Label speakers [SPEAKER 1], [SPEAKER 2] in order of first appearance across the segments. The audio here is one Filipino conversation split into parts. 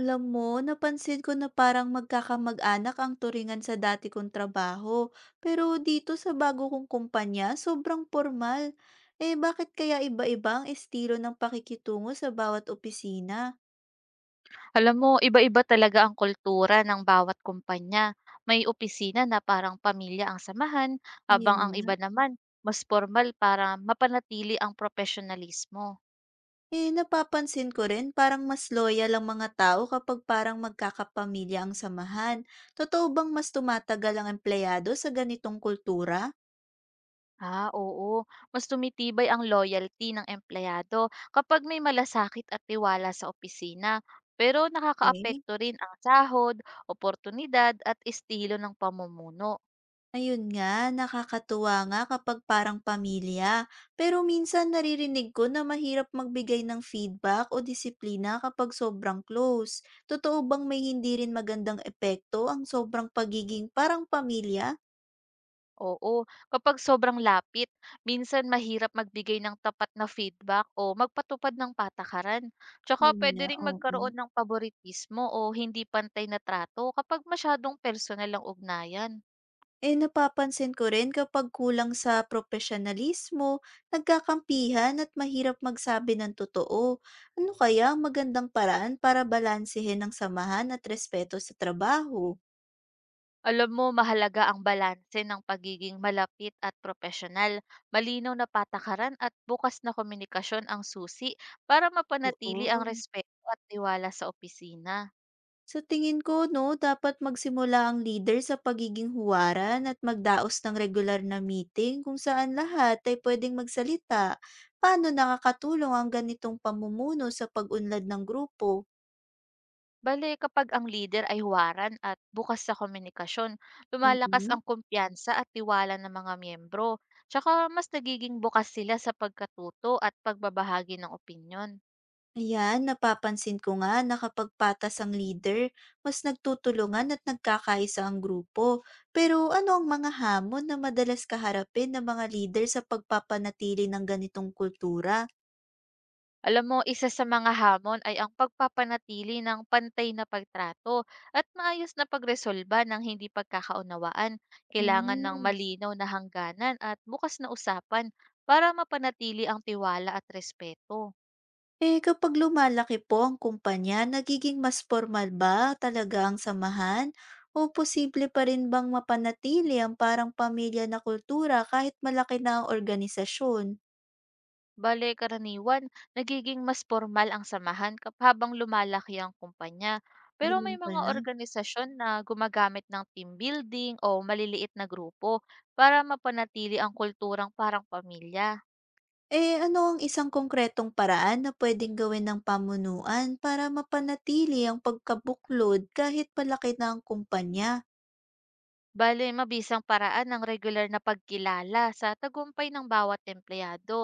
[SPEAKER 1] Alam mo, napansin ko na parang magkakamag-anak ang turingan sa dati kong trabaho. Pero dito sa bago kong kumpanya, sobrang formal. Eh bakit kaya iba-iba ang estilo ng pakikitungo sa bawat opisina?
[SPEAKER 2] Alam mo, iba-iba talaga ang kultura ng bawat kumpanya. May opisina na parang pamilya ang samahan,
[SPEAKER 1] Yun
[SPEAKER 2] habang ang
[SPEAKER 1] nga.
[SPEAKER 2] iba naman, mas formal para mapanatili ang profesionalismo.
[SPEAKER 1] Eh napapansin ko rin parang mas loyal ang mga tao kapag parang magkakapamilya ang samahan. Totoo bang mas tumatagal ang empleyado sa ganitong kultura?
[SPEAKER 2] Ah, oo. Mas tumitibay ang loyalty ng empleyado kapag may malasakit at tiwala sa opisina. Pero
[SPEAKER 1] Eh?
[SPEAKER 2] nakakaapekto rin ang sahod, oportunidad at estilo ng pamumuno.
[SPEAKER 1] Ayun nga, nakakatuwa nga kapag parang pamilya. Pero minsan naririnig ko na mahirap magbigay ng feedback o disiplina kapag sobrang close. Totoo bang may hindi rin magandang epekto ang sobrang pagiging parang pamilya?
[SPEAKER 2] Oo, kapag sobrang lapit, minsan mahirap magbigay ng tapat na feedback o magpatupad ng patakaran. Tsaka
[SPEAKER 1] Yun
[SPEAKER 2] pwede
[SPEAKER 1] nga,
[SPEAKER 2] ring
[SPEAKER 1] oo.
[SPEAKER 2] magkaroon ng paboritismo o hindi pantay na trato kapag masyadong personal ang ugnayan.
[SPEAKER 1] Eh napapansin ko rin kapag kulang sa profesionalismo, nagkakampihan at mahirap magsabi ng totoo. Ano kaya ang magandang paraan para balansehin ang samahan at respeto sa trabaho?
[SPEAKER 2] Alam mo, mahalaga ang balanse ng pagiging malapit at profesional, malinaw na patakaran at bukas na komunikasyon ang susi para mapanatili ang
[SPEAKER 1] Oo.
[SPEAKER 2] respeto at tiwala sa opisina.
[SPEAKER 1] Sa tingin ko 'no, dapat magsimula ang leader sa pagiging huwaran at magdaos ng regular na meeting kung saan lahat ay pwedeng magsalita. Paano nakakatulong ang ganitong pamumuno sa pag-unlad ng grupo?
[SPEAKER 2] Bale kapag ang leader ay huwaran at bukas sa komunikasyon, lumalakas
[SPEAKER 1] Mm.
[SPEAKER 2] ang kumpiyansa at tiwala ng mga miyembro. Tsaka mas nagiging bukas sila sa pagkatuto at pagbabahagi ng opinyon.
[SPEAKER 1] Ayan, napapansin ko nga na kapag patas ang leader, mas nagtutulungan at nagkakaisa ang grupo. Pero ano ang mga hamon na madalas kaharapin ng mga leader sa pagpapanatili ng ganitong kultura?
[SPEAKER 2] Alam mo, isa sa mga hamon ay ang pagpapanatili ng pantay na pagtrato at maayos na pagresolba ng hindi pagkakaunawaan. Kailangan ng
[SPEAKER 1] Hmm.
[SPEAKER 2] malinaw na hangganan at bukas na usapan para mapanatili ang tiwala at respeto.
[SPEAKER 1] Eh, kapag lumalaki po ang kumpanya, nagiging mas formal ba talaga ang samahan? O posible pa rin bang mapanatili ang parang pamilya na kultura kahit malaki na ang organisasyon?
[SPEAKER 2] Bale, karaniwan, nagiging mas formal ang samahan kap habang lumalaki ang kumpanya. Pero may
[SPEAKER 1] Ganun
[SPEAKER 2] mga
[SPEAKER 1] pala.
[SPEAKER 2] organisasyon na gumagamit ng team building o maliliit na grupo para mapanatili ang kulturang parang pamilya.
[SPEAKER 1] Eh, ano ang isang konkretong paraan na pwedeng gawin ng pamunuan para mapanatili ang pagkabuklod kahit malaki na ang kumpanya?
[SPEAKER 2] Bale, mabisang paraan ng regular na pagkilala sa tagumpay ng bawat empleyado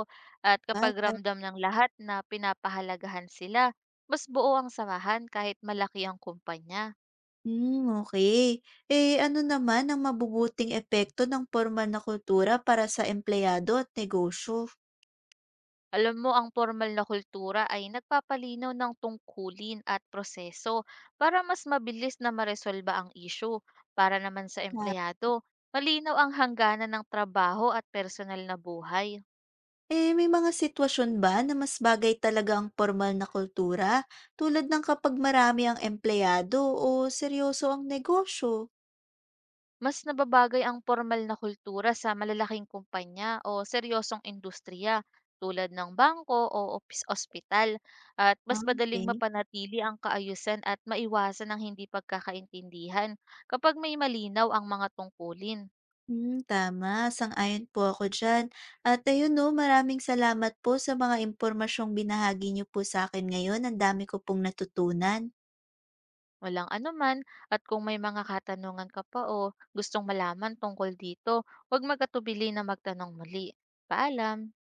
[SPEAKER 2] at kapag
[SPEAKER 1] Bagay.
[SPEAKER 2] ramdam ng lahat na pinapahalagahan sila, mas buo ang samahan kahit malaki ang kumpanya.
[SPEAKER 1] Hmm, okay. Eh, ano naman ang mabubuting epekto ng formal na kultura para sa empleyado at negosyo?
[SPEAKER 2] Alam mo, ang formal na kultura ay nagpapalinaw ng tungkulin at proseso para mas mabilis na maresolba ang issue. Para naman sa
[SPEAKER 1] Na
[SPEAKER 2] empleyado, malinaw ang hangganan ng trabaho at personal na buhay.
[SPEAKER 1] eh, may mga sitwasyon ba na mas bagay talaga ang pormal na kultura tulad ng kapag marami ang empleyado o seryoso ang negosyo?
[SPEAKER 2] Mas nababagay ang formal na kultura sa malalaking kumpanya o seryosong industriya tulad ng bangko o ospital at
[SPEAKER 1] Ah,
[SPEAKER 2] mas madaling
[SPEAKER 1] okay.
[SPEAKER 2] mapanatili ang kaayusan at maiwasan ang hindi pagkakaintindihan kapag may malinaw ang mga tungkulin.
[SPEAKER 1] Hmm, tama, sang-ayon po ako diyan. At ayun 'no, maraming salamat po sa mga impormasyong binahagi niyo po sa akin ngayon, ang dami ko pong natutunan.
[SPEAKER 2] Walang anuman at kung may mga katanungan ka pa o gustong malaman tungkol dito, huwag magatubili na magtanong muli. Paalam!